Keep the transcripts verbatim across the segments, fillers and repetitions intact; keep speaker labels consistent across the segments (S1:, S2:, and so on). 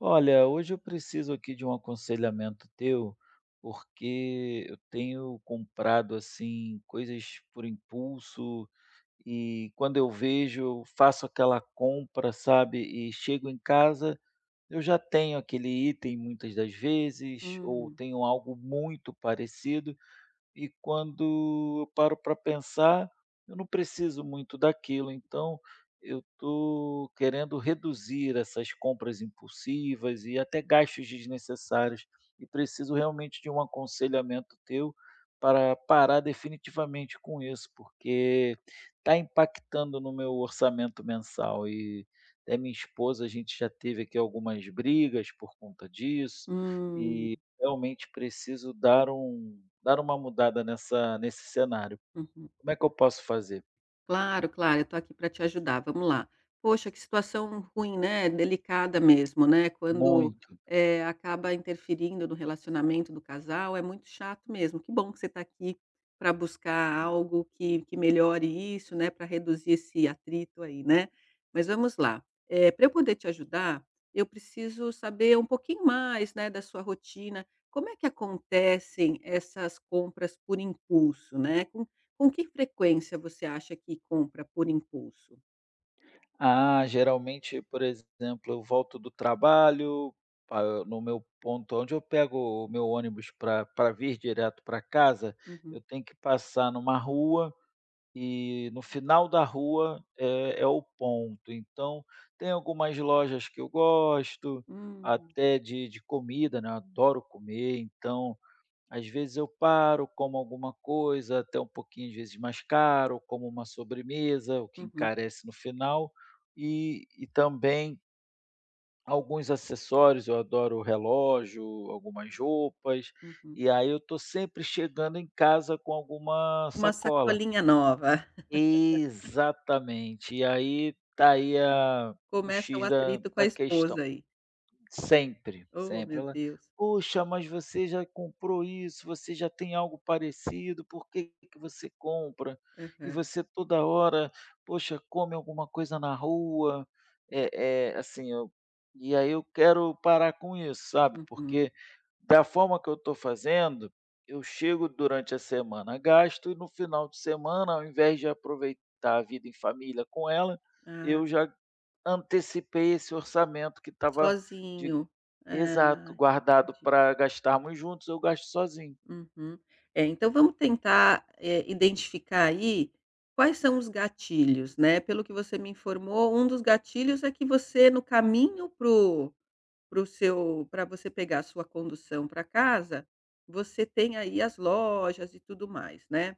S1: Olha, hoje eu preciso aqui de um aconselhamento teu, porque eu tenho comprado assim coisas por impulso e quando eu vejo, eu faço aquela compra, sabe? E chego em casa, eu já tenho aquele item muitas das vezes, ou
S2: Hum,
S1: tenho algo muito parecido, e quando eu paro para pensar, eu não preciso muito daquilo, então eu estou querendo reduzir essas compras impulsivas e até gastos desnecessários, e preciso realmente de um aconselhamento teu para parar definitivamente com isso, porque está impactando no meu orçamento mensal. E até minha esposa, a gente já teve aqui algumas brigas por conta disso,
S2: hum,
S1: e realmente preciso dar um dar uma mudada nessa nesse cenário.
S2: uhum.
S1: Como é que eu posso fazer?
S2: Claro, claro, eu tô aqui para te ajudar, vamos lá. Poxa, que situação ruim, né, delicada mesmo, né, quando,
S1: Muito.
S2: eh, acaba interferindo no relacionamento do casal, é muito chato mesmo. Que bom que você está aqui para buscar algo que que melhore isso, né, para reduzir esse atrito aí, né. Mas vamos lá, para eu poder te ajudar, eu preciso saber um pouquinho mais, né, da sua rotina. Como é que acontecem essas compras por impulso, né? Com que frequência você acha que compra por impulso?
S1: Ah, geralmente, por exemplo, eu volto do trabalho, pa no meu ponto onde eu pego o meu ônibus para para vir direto para casa,
S2: Uhum.
S1: eu tenho que passar numa rua e no final da rua é é o ponto. Então, tem algumas lojas que eu gosto,
S2: Hum,
S1: até de de comida, né, eu adoro comer, então às vezes eu paro, como alguma coisa, até um pouquinho, às vezes, mais caro, como uma sobremesa, o que
S2: uhum,
S1: encarece no final, e e também alguns acessórios, eu adoro relógio, algumas roupas,
S2: uhum.
S1: e aí eu estou sempre chegando em casa com alguma
S2: Uma
S1: sacola.
S2: sacolinha nova.
S1: Exatamente, e aí tá aí a o
S2: Começa o
S1: X da
S2: atrito com a
S1: da
S2: esposa
S1: questão.
S2: aí.
S1: Sempre,
S2: Oh,
S1: sempre.
S2: meu
S1: Ela:
S2: Deus.
S1: "Poxa, mas você já comprou isso, você já tem algo parecido, por que que você compra? E
S2: Aham,
S1: você toda hora, poxa, come alguma coisa na rua". É é assim, eu e aí eu quero parar com isso, sabe,
S2: uhum.
S1: porque da forma que eu estou fazendo, eu chego durante a semana, gasto e no final de semana, ao invés de aproveitar a vida em família com ela,
S2: Ah,
S1: eu já antecipei esse orçamento que estava de
S2: sozinho. Ah,
S1: exato, guardado
S2: entendi.
S1: para gastarmos juntos, eu gasto sozinho.
S2: Uhum. É, então vamos tentar, eh, identificar aí quais são os gatilhos, né. Pelo que você me informou, um dos gatilhos é que você, no caminho para Para o seu para você pegar a sua condução para casa, você tem aí as lojas e tudo mais, né.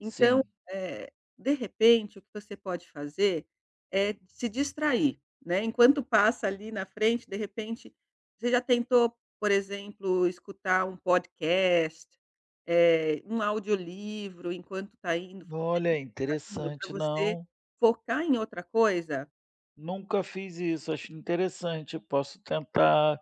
S2: Então,
S1: Sim.
S2: eh, de repente, o que você pode fazer é se distrair, né, enquanto passa ali na frente, de repente você já tentou, por exemplo, escutar um podcast, eh, um audiolivro enquanto está indo, fazendo
S1: Olha,
S2: o caminho, para
S1: interessante.
S2: você
S1: Não,
S2: focar em outra coisa?
S1: nunca fiz isso, acho interessante, eu posso tentar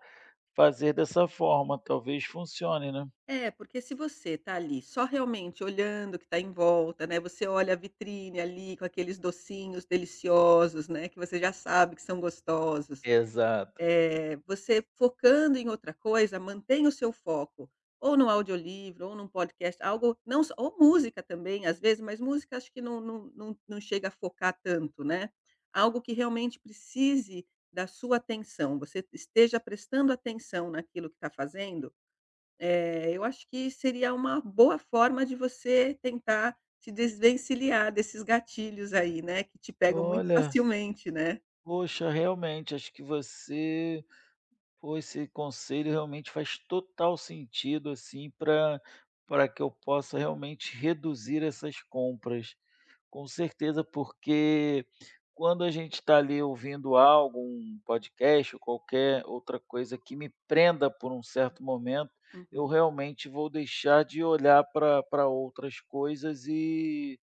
S1: fazer dessa forma, talvez funcione, né.
S2: É, porque se você tá ali só realmente olhando o que tá em volta, né, você olha a vitrine ali com aqueles docinhos deliciosos, né, que você já sabe que são gostosos,
S1: Exato.
S2: eh, você focando em outra coisa, mantém o seu foco ou no audiolivro ou num podcast, algo não só ou música também, às vezes, mas música acho que não não não não chega a focar tanto, né. Algo que realmente precise da sua atenção, você esteja prestando atenção naquilo que está fazendo. Eh, eu acho que seria uma boa forma de você tentar se desvencilhar desses gatilhos aí, né, que te pegam muito
S1: Olha,
S2: facilmente, né?
S1: poxa, realmente, acho que você pô, esse conselho realmente faz total sentido, assim, para para que eu possa realmente reduzir essas compras. Com certeza, porque quando a gente está ali ouvindo algo, um podcast ou qualquer outra coisa que me prenda por um certo momento, eu
S2: Uhum,
S1: realmente vou deixar de olhar para para outras coisas e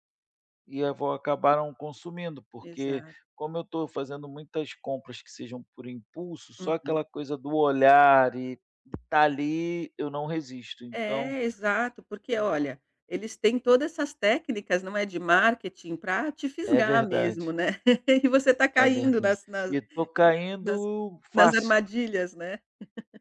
S1: e a vou acabaram consumindo, porque
S2: exato.
S1: como eu estou fazendo muitas compras que sejam por impulso, só
S2: Uhum.
S1: aquela coisa do olhar e tá ali, eu não resisto. Então
S2: É, exato, porque olha, eles têm todas essas técnicas, não é, de marketing para te
S1: é
S2: fisgar mesmo,
S1: verdade,
S2: né, e você tá
S1: é
S2: caindo
S1: verdade.
S2: nas nas
S1: E tô
S2: nas
S1: caindo
S2: nas
S1: fácil.
S2: armadilhas, né.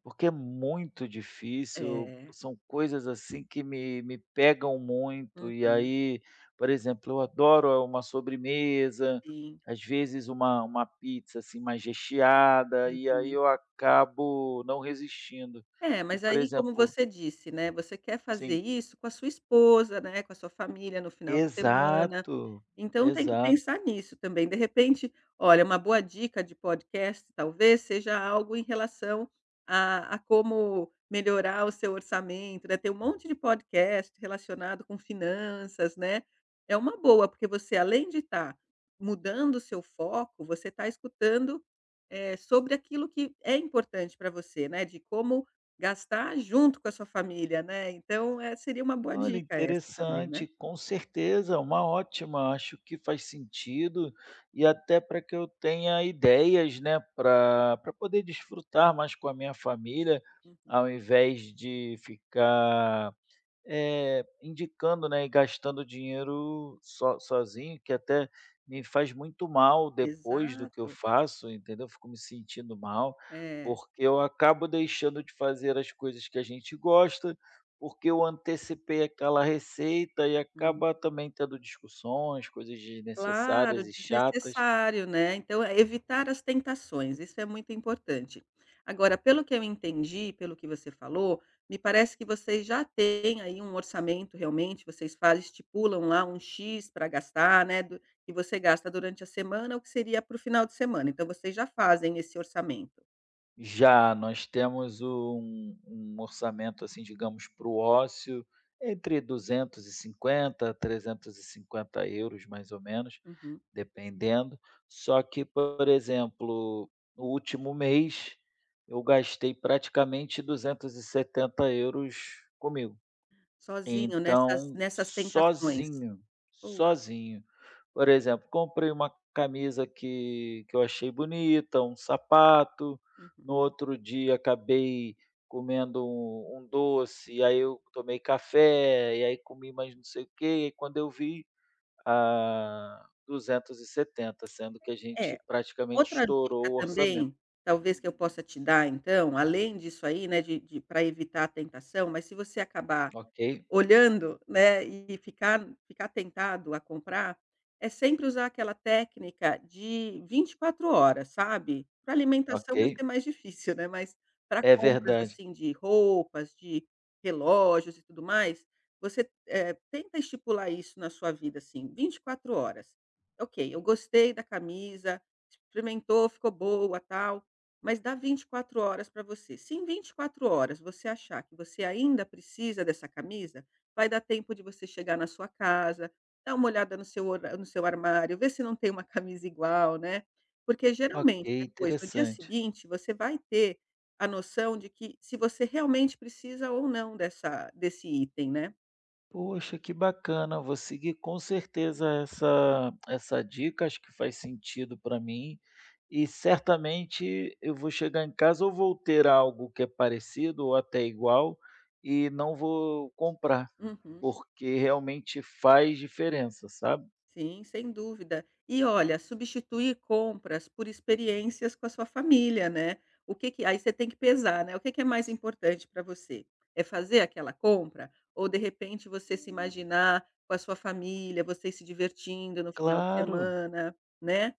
S1: Porque é muito difícil,
S2: É,
S1: são coisas assim que me me pegam muito, e
S2: uhum,
S1: aí, por exemplo, eu adoro a uma sobremesa,
S2: sim,
S1: às vezes uma uma pizza, assim, mais recheada, e aí
S2: uhum.
S1: eu acabo não resistindo.
S2: É,
S1: E,
S2: mas
S1: por
S2: aí como
S1: exemplo,
S2: você disse, né, você quer fazer
S1: sim,
S2: isso com a sua esposa, né, com a sua família no final de semana.
S1: exato,
S2: Então tem que
S1: exato.
S2: pensar nisso também. De repente, olha, uma boa dica de podcast talvez seja algo em relação a a como melhorar o seu orçamento, né, tem um monte de podcast relacionado com finanças, né. É uma boa, porque você além de estar mudando o seu foco, você está escutando, eh, sobre aquilo que é importante para você, né, de como gastar junto com a sua família, né. Então, eh, seria uma boa
S1: Olha,
S2: dica essa também, né.
S1: interessante, com certeza, é uma ótima. Acho que faz sentido e até para que eu tenha ideias, né, para para poder desfrutar mais com a minha família,
S2: Uhum.
S1: ao invés de ficar eh, indicando, né, e gastando dinheiro so sozinho, que até me faz muito mal depois do que eu
S2: Exato.
S1: faço, entendeu? Fico me sentindo mal,
S2: É,
S1: porque eu acabo deixando de fazer as coisas que a gente gosta, porque eu antecipei aquela receita e
S2: hum.
S1: acaba também tendo discussões, coisas
S2: Claro,
S1: desnecessárias e chatas.
S2: desnecessário, né. Então é evitar as tentações, isso é muito importante. Agora, pelo que eu entendi, pelo que você falou, me parece que vocês já têm aí um orçamento realmente, vocês fazem estipulam lá um "X" para gastar, né, do que você gasta durante a semana, o que seria para o final de semana, então vocês já fazem esse orçamento.
S1: Já, nós temos um um orçamento, assim, digamos, para o ócio, entre duzentos e cinquenta a trezentos e cinquenta euros mais ou menos,
S2: Uhum.
S1: dependendo. Só que, por exemplo, no último mês eu gastei praticamente duzentos e setenta euros comigo.
S2: Sozinho nessas
S1: Então,
S2: nessas tentações.
S1: sozinho,
S2: Poxa,
S1: sozinho. Por exemplo, comprei uma camisa que que eu achei bonita, um sapato, no
S2: uhum.
S1: outro dia acabei comendo um um doce, e aí eu tomei café, e aí comi mais não sei o quê, e aí quando eu vi, ah, duzentos e setenta, sendo que a
S2: É.
S1: gente praticamente
S2: Outra dica
S1: estourou o orçamento.
S2: também, talvez que eu possa te dar então, além disso aí, né, de de pra evitar a tentação, mas se você acabar
S1: "Ok,
S2: olhando, né, e ficar ficar tentado a comprar, é sempre usar aquela técnica de vinte e quatro horas, sabe. Para alimentação vai
S1: ok".
S2: ser mais difícil, né, mas para
S1: É
S2: compras,
S1: verdade.
S2: assim, de roupas, de relógios e tudo mais, você, eh, tenta estipular isso na sua vida, assim, vinte e quatro horas. Ok, eu gostei da camisa, experimentou, ficou boa, tal, mas dá vinte e quatro horas para você. Se em vinte e quatro horas você achar que você ainda precisa dessa camisa, vai dar tempo de você chegar na sua casa, dar uma olhada no seu hora no seu armário, ver se não tem uma camisa igual, né. Porque
S1: "Ok,
S2: geralmente depois, no dia
S1: interessante".
S2: seguinte, você vai ter a noção de que se você realmente precisa ou não dessa desse item, né.
S1: Poxa, que bacana. Vou seguir com certeza essa essa dica, acho que faz sentido para mim e certamente eu vou chegar em casa ou vou ter algo que é parecido ou até igual e não vou comprar,
S2: Uhum.
S1: porque realmente faz diferença, sabe?
S2: Sim, sem dúvida. E olha, substituir compras por experiências com a sua família, né? O que que aí você tem que pesar, né? O que que é mais importante para você? É fazer aquela compra ou de repente você se imaginar com a sua família, vocês se divertindo no final de
S1: Claro.
S2: semana, né?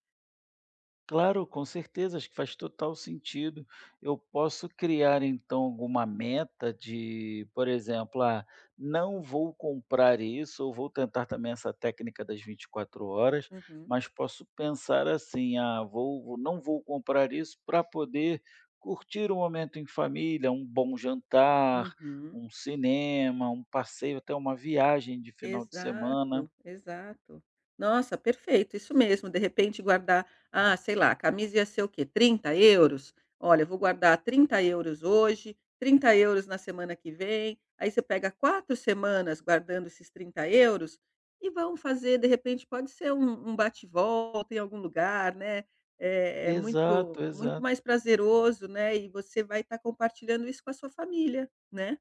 S1: Claro, com certeza, acho que faz total sentido. Eu posso criar então alguma meta de, por exemplo, ah, não vou comprar isso, ou vou tentar também essa técnica das vinte e quatro horas,
S2: Uhum.
S1: mas posso pensar assim, ah, vou, vou- não vou comprar isso para poder curtir um momento em família, um bom jantar,
S2: Uhum.
S1: um cinema, um passeio, até uma viagem de final de semana.
S2: Exato, exato. Nossa, perfeito, isso mesmo, de repente guardar, ah, sei lá, a camisa ia ser o quê? Trinta euros. Olha, eu vou guardar trinta euros hoje, trinta euros na semana que vem, aí você pega quatro semanas guardando esses trinta euros e vão fazer, de repente, pode ser um um bate-volta em algum lugar, né, é é muito
S1: Exato,
S2: muito mais
S1: exato.
S2: prazeroso, né, e você vai estar compartilhando isso com a sua família, né.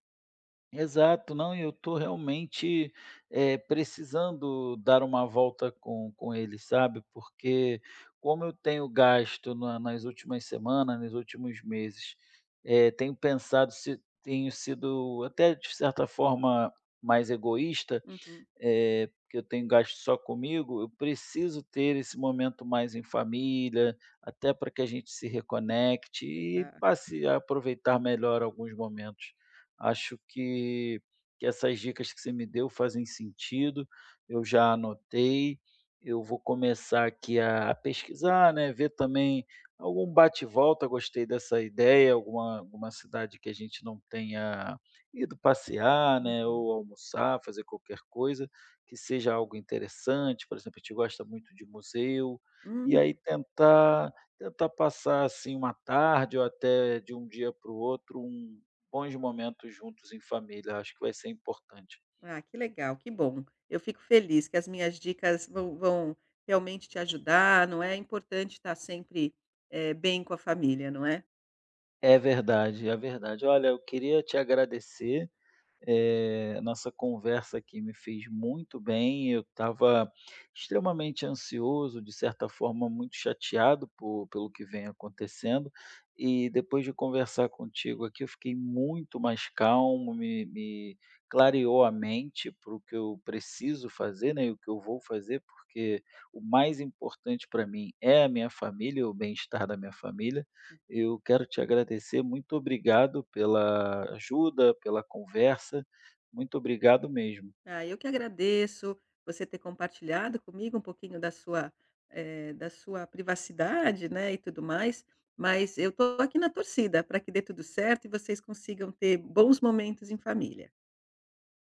S1: Exato, não, e eu estou realmente, eh, precisando dar uma volta com com ele, sabe, porque como eu tenho gasto na nas últimas semanas, nos últimos meses, eh, tenho pensado se tenho sido até de certa forma mais egoísta,
S2: Uhum,
S1: eh, que eu tenho gasto só comigo, eu preciso ter esse momento mais em família, até para que a gente se reconecte e
S2: exato.
S1: passe a aproveitar melhor alguns momentos. Acho que, que essas dicas que você me deu fazem sentido, eu já anotei, eu vou começar aqui a pesquisar, né, ver também algum bate-volta, gostei dessa ideia, alguma, alguma cidade que a gente não tenha ido passear, né,
S2: Uhum.
S1: ou almoçar, fazer qualquer coisa que seja algo interessante, por exemplo, a gente gosta muito de museu, e
S2: Hum.
S1: aí tentar tentar passar, assim, uma tarde ou até de um dia para o outro, um bons momentos juntos em família, acho que vai ser importante.
S2: Ah, que legal, que bom. Eu fico feliz que as minhas dicas vão, vão realmente te ajudar, não é? É importante estar sempre eh, bem com a família, não é?
S1: É verdade, é verdade. Olha, eu queria te agradecer. Eh, nossa conversa aqui me fez muito bem. Eu estava extremamente ansioso, de certa forma, muito chateado po pelo que vem acontecendo. E depois de conversar contigo aqui, eu fiquei muito mais calmo, me me clareou a mente para o que eu preciso fazer, né, e o que eu vou fazer, porque o mais importante para mim é a minha família, o bem-estar da minha família. Eu quero te agradecer, muito obrigado pela ajuda, pela conversa, muito obrigado mesmo.
S2: Ah, eu que agradeço você ter compartilhado comigo um pouquinho da sua, eh, da sua privacidade, né, e tudo mais, mas eu estou aqui na torcida para que dê tudo certo e vocês consigam ter bons momentos em família.